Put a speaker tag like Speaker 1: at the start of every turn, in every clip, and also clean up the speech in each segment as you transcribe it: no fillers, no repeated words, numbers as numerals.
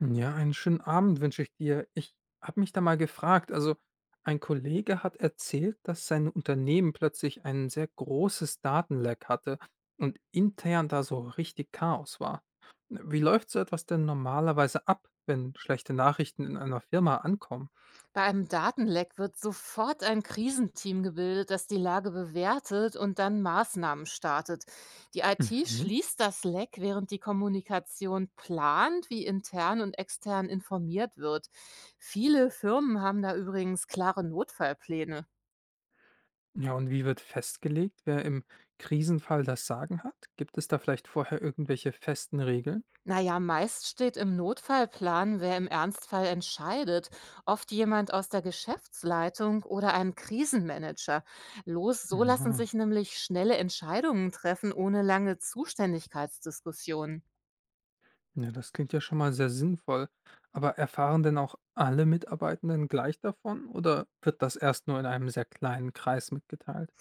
Speaker 1: Ja, einen schönen Abend wünsche ich dir. Ich habe mich da mal gefragt, also ein Kollege hat erzählt, dass sein Unternehmen plötzlich ein sehr großes Datenleck hatte und intern da so richtig Chaos war. Wie läuft so etwas denn normalerweise ab, wenn schlechte Nachrichten in einer Firma ankommen?
Speaker 2: Bei einem Datenleck wird sofort ein Krisenteam gebildet, das die Lage bewertet und dann Maßnahmen startet. Die IT
Speaker 1: Mhm.
Speaker 2: schließt das Leck, während die Kommunikation plant, wie intern und extern informiert wird. Viele Firmen haben da übrigens klare Notfallpläne.
Speaker 1: Ja, und wie wird festgelegt, wer im Krisenfall das Sagen hat? Gibt es da vielleicht vorher irgendwelche festen Regeln?
Speaker 2: Na ja, meist steht im Notfallplan, wer im Ernstfall entscheidet. Oft jemand aus der Geschäftsleitung oder ein Krisenmanager. Los, so lassen sich nämlich schnelle Entscheidungen treffen, ohne lange Zuständigkeitsdiskussionen.
Speaker 1: Ja, das klingt ja schon mal sehr sinnvoll. Aber erfahren denn auch alle Mitarbeitenden gleich davon oder wird das erst nur in einem sehr kleinen Kreis mitgeteilt?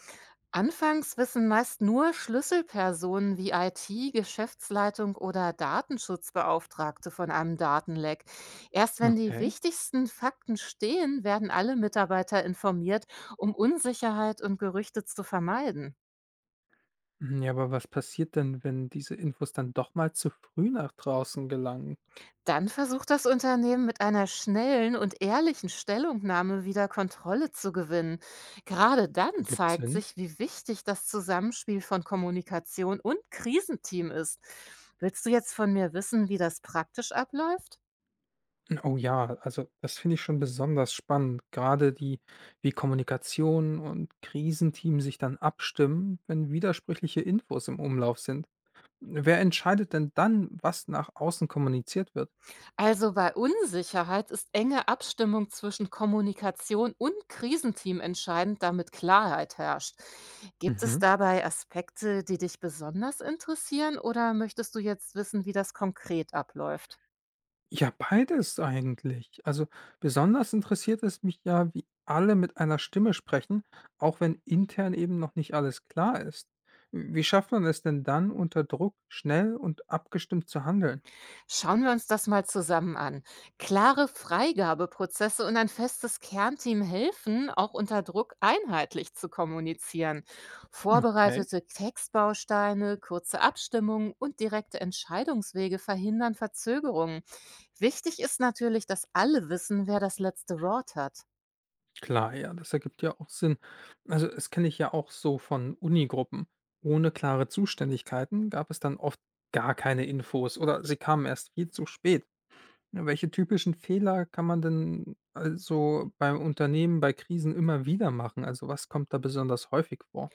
Speaker 2: Anfangs wissen meist nur Schlüsselpersonen wie IT, Geschäftsleitung oder Datenschutzbeauftragte von einem Datenleck. Erst wenn die
Speaker 1: Okay.
Speaker 2: wichtigsten Fakten stehen, werden alle Mitarbeiter informiert, um Unsicherheit und Gerüchte zu vermeiden.
Speaker 1: Mhm, ja, aber was passiert denn, wenn diese Infos dann doch mal zu früh nach draußen gelangen?
Speaker 2: Dann versucht das Unternehmen mit einer schnellen und ehrlichen Stellungnahme wieder Kontrolle zu gewinnen. Gerade dann
Speaker 1: Gibt's
Speaker 2: zeigt
Speaker 1: Sinn?
Speaker 2: sich, wie wichtig das Zusammenspiel von Kommunikation und Krisenteam ist. Willst du jetzt von mir wissen, wie das praktisch abläuft?
Speaker 1: Oh ja, also das finde ich schon besonders spannend. Gerade die, wie Kommunikation und Krisenteam sich dann abstimmen, wenn widersprüchliche Infos im Umlauf sind. Wer entscheidet denn dann, was nach außen kommuniziert wird?
Speaker 2: Also bei Unsicherheit ist enge Abstimmung zwischen Kommunikation und Krisenteam entscheidend, damit Klarheit herrscht. Gibt es
Speaker 1: Mhm.
Speaker 2: dabei Aspekte, die dich besonders interessieren, oder möchtest du jetzt wissen, wie das konkret abläuft?
Speaker 1: Ja, beides eigentlich. Also besonders interessiert es mich ja, wie alle mit einer Stimme sprechen, auch wenn intern eben noch nicht alles klar ist. Wie schafft man es denn dann, unter Druck schnell und abgestimmt zu handeln?
Speaker 2: Schauen wir uns das mal zusammen an. Klare Freigabeprozesse und ein festes Kernteam helfen, auch unter Druck einheitlich zu kommunizieren.
Speaker 1: Okay.
Speaker 2: Vorbereitete Textbausteine, kurze Abstimmungen und direkte Entscheidungswege verhindern Verzögerungen. Wichtig ist natürlich, dass alle wissen, wer das letzte Wort hat.
Speaker 1: Klar, ja, das ergibt ja auch Sinn. Also, das kenne ich ja auch so von Unigruppen. Ohne klare Zuständigkeiten gab es dann oft gar keine Infos oder sie kamen erst viel zu spät. Ja, welche typischen Fehler kann man denn also beim Unternehmen bei Krisen immer wieder machen? Also was kommt da besonders häufig vor?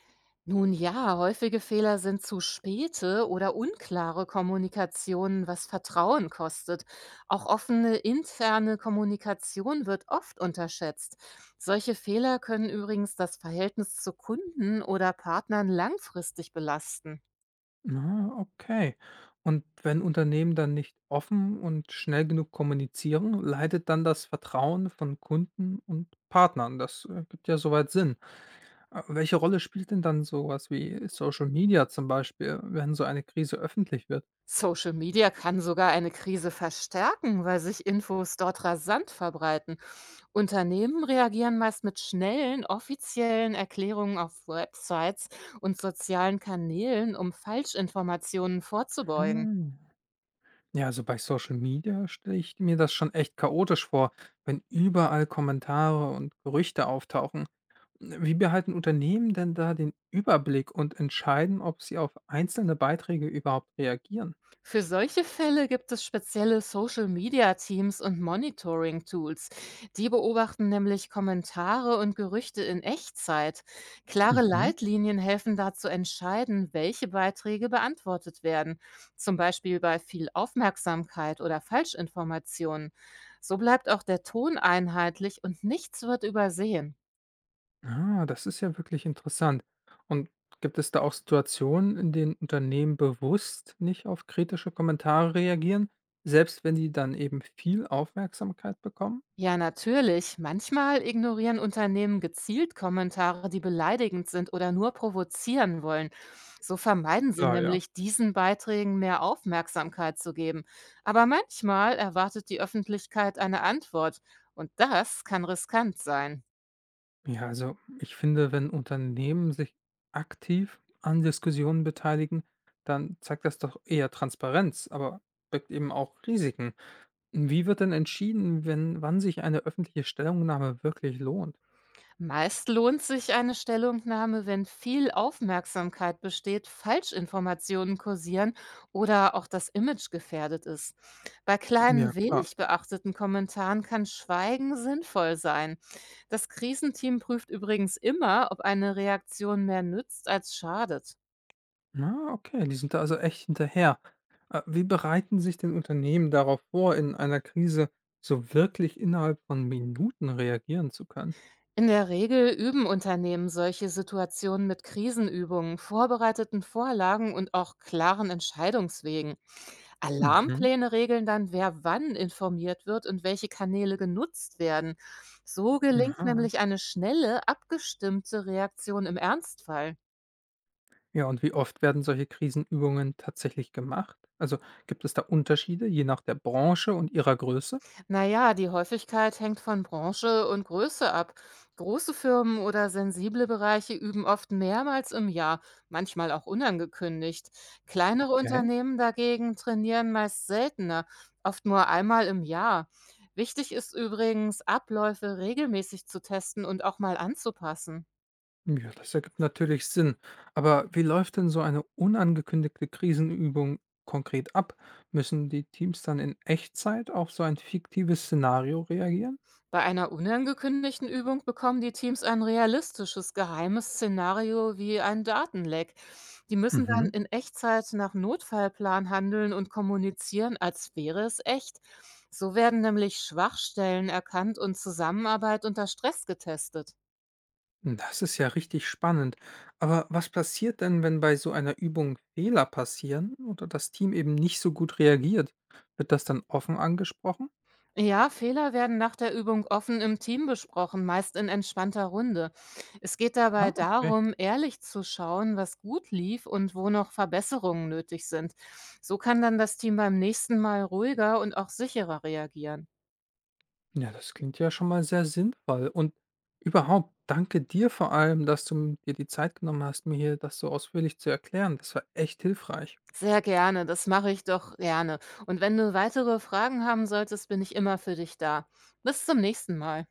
Speaker 2: Nun ja, häufige Fehler sind zu späte oder unklare Kommunikationen, was Vertrauen kostet. Auch offene interne Kommunikation wird oft unterschätzt. Solche Fehler können übrigens das Verhältnis zu Kunden oder Partnern langfristig belasten.
Speaker 1: Ah, okay. Und wenn Unternehmen dann nicht offen und schnell genug kommunizieren, leidet dann das Vertrauen von Kunden und Partnern. Das gibt ja soweit Sinn. Welche Rolle spielt denn dann sowas wie Social Media zum Beispiel, wenn so eine Krise öffentlich wird?
Speaker 2: Social Media kann sogar eine Krise verstärken, weil sich Infos dort rasant verbreiten. Unternehmen reagieren meist mit schnellen, offiziellen Erklärungen auf Websites und sozialen Kanälen, um Falschinformationen vorzubeugen.
Speaker 1: Hm. Ja, also bei Social Media stelle ich mir das schon echt chaotisch vor, wenn überall Kommentare und Gerüchte auftauchen. Wie behalten Unternehmen denn da den Überblick und entscheiden, ob sie auf einzelne Beiträge überhaupt reagieren?
Speaker 2: Für solche Fälle gibt es spezielle Social-Media-Teams und Monitoring-Tools. Die beobachten nämlich Kommentare und Gerüchte in Echtzeit. Klare
Speaker 1: Mhm.
Speaker 2: Leitlinien helfen da zu entscheiden, welche Beiträge beantwortet werden, zum Beispiel bei viel Aufmerksamkeit oder Falschinformationen. So bleibt auch der Ton einheitlich und nichts wird übersehen.
Speaker 1: Ah, das ist ja wirklich interessant. Und gibt es da auch Situationen, in denen Unternehmen bewusst nicht auf kritische Kommentare reagieren, selbst wenn die dann eben viel Aufmerksamkeit bekommen?
Speaker 2: Ja, natürlich. Manchmal ignorieren Unternehmen gezielt Kommentare, die beleidigend sind oder nur provozieren wollen. So vermeiden sie
Speaker 1: Ja, ja.
Speaker 2: nämlich, diesen Beiträgen mehr Aufmerksamkeit zu geben. Aber manchmal erwartet die Öffentlichkeit eine Antwort und das kann riskant sein.
Speaker 1: Ja, also ich finde, wenn Unternehmen sich aktiv an Diskussionen beteiligen, dann zeigt das doch eher Transparenz, aber birgt eben auch Risiken. Wie wird denn entschieden, wenn, wann sich eine öffentliche Stellungnahme wirklich lohnt?
Speaker 2: Meist lohnt sich eine Stellungnahme, wenn viel Aufmerksamkeit besteht, Falschinformationen kursieren oder auch das Image gefährdet ist. Bei
Speaker 1: Ja,
Speaker 2: kleinen,
Speaker 1: klar.
Speaker 2: wenig beachteten Kommentaren kann Schweigen sinnvoll sein. Das Krisenteam prüft übrigens immer, ob eine Reaktion mehr nützt als schadet.
Speaker 1: Na, okay, die sind da also echt hinterher. Wie bereiten sich denn Unternehmen darauf vor, in einer Krise so wirklich innerhalb von Minuten reagieren zu können?
Speaker 2: In der Regel üben Unternehmen solche Situationen mit Krisenübungen, vorbereiteten Vorlagen und auch klaren Entscheidungswegen.
Speaker 1: Mhm.
Speaker 2: Alarmpläne regeln dann, wer wann informiert wird und welche Kanäle genutzt werden. So gelingt
Speaker 1: Aha.
Speaker 2: nämlich eine schnelle, abgestimmte Reaktion im Ernstfall.
Speaker 1: Ja, und wie oft werden solche Krisenübungen tatsächlich gemacht? Also gibt es da Unterschiede je nach der Branche und ihrer Größe?
Speaker 2: Naja, die Häufigkeit hängt von Branche und Größe ab. Große Firmen oder sensible Bereiche üben oft mehrmals im Jahr, manchmal auch unangekündigt. Kleinere
Speaker 1: Okay.
Speaker 2: Unternehmen dagegen trainieren meist seltener, oft nur einmal im Jahr. Wichtig ist übrigens, Abläufe regelmäßig zu testen und auch mal anzupassen.
Speaker 1: Ja, das ergibt natürlich Sinn. Aber wie läuft denn so eine unangekündigte Krisenübung konkret ab? Müssen die Teams dann in Echtzeit auf so ein fiktives Szenario reagieren?
Speaker 2: Bei einer unangekündigten Übung bekommen die Teams ein realistisches geheimes Szenario wie ein Datenleck. Die müssen dann
Speaker 1: Mhm.
Speaker 2: in Echtzeit nach Notfallplan handeln und kommunizieren, als wäre es echt. So werden nämlich Schwachstellen erkannt und Zusammenarbeit unter Stress getestet.
Speaker 1: Das ist ja richtig spannend. Aber was passiert denn, wenn bei so einer Übung Fehler passieren oder das Team eben nicht so gut reagiert? Wird das dann offen angesprochen?
Speaker 2: Ja, Fehler werden nach der Übung offen im Team besprochen, meist in entspannter Runde. Es geht dabei
Speaker 1: Ah, okay.
Speaker 2: darum, ehrlich zu schauen, was gut lief und wo noch Verbesserungen nötig sind. So kann dann das Team beim nächsten Mal ruhiger und auch sicherer reagieren.
Speaker 1: Ja, das klingt ja schon mal sehr sinnvoll. Und überhaupt, danke dir vor allem, dass du dir die Zeit genommen hast, mir hier das so ausführlich zu erklären. Das war echt hilfreich.
Speaker 2: Sehr gerne, das mache ich doch gerne. Und wenn du weitere Fragen haben solltest, bin ich immer für dich da. Bis zum nächsten Mal.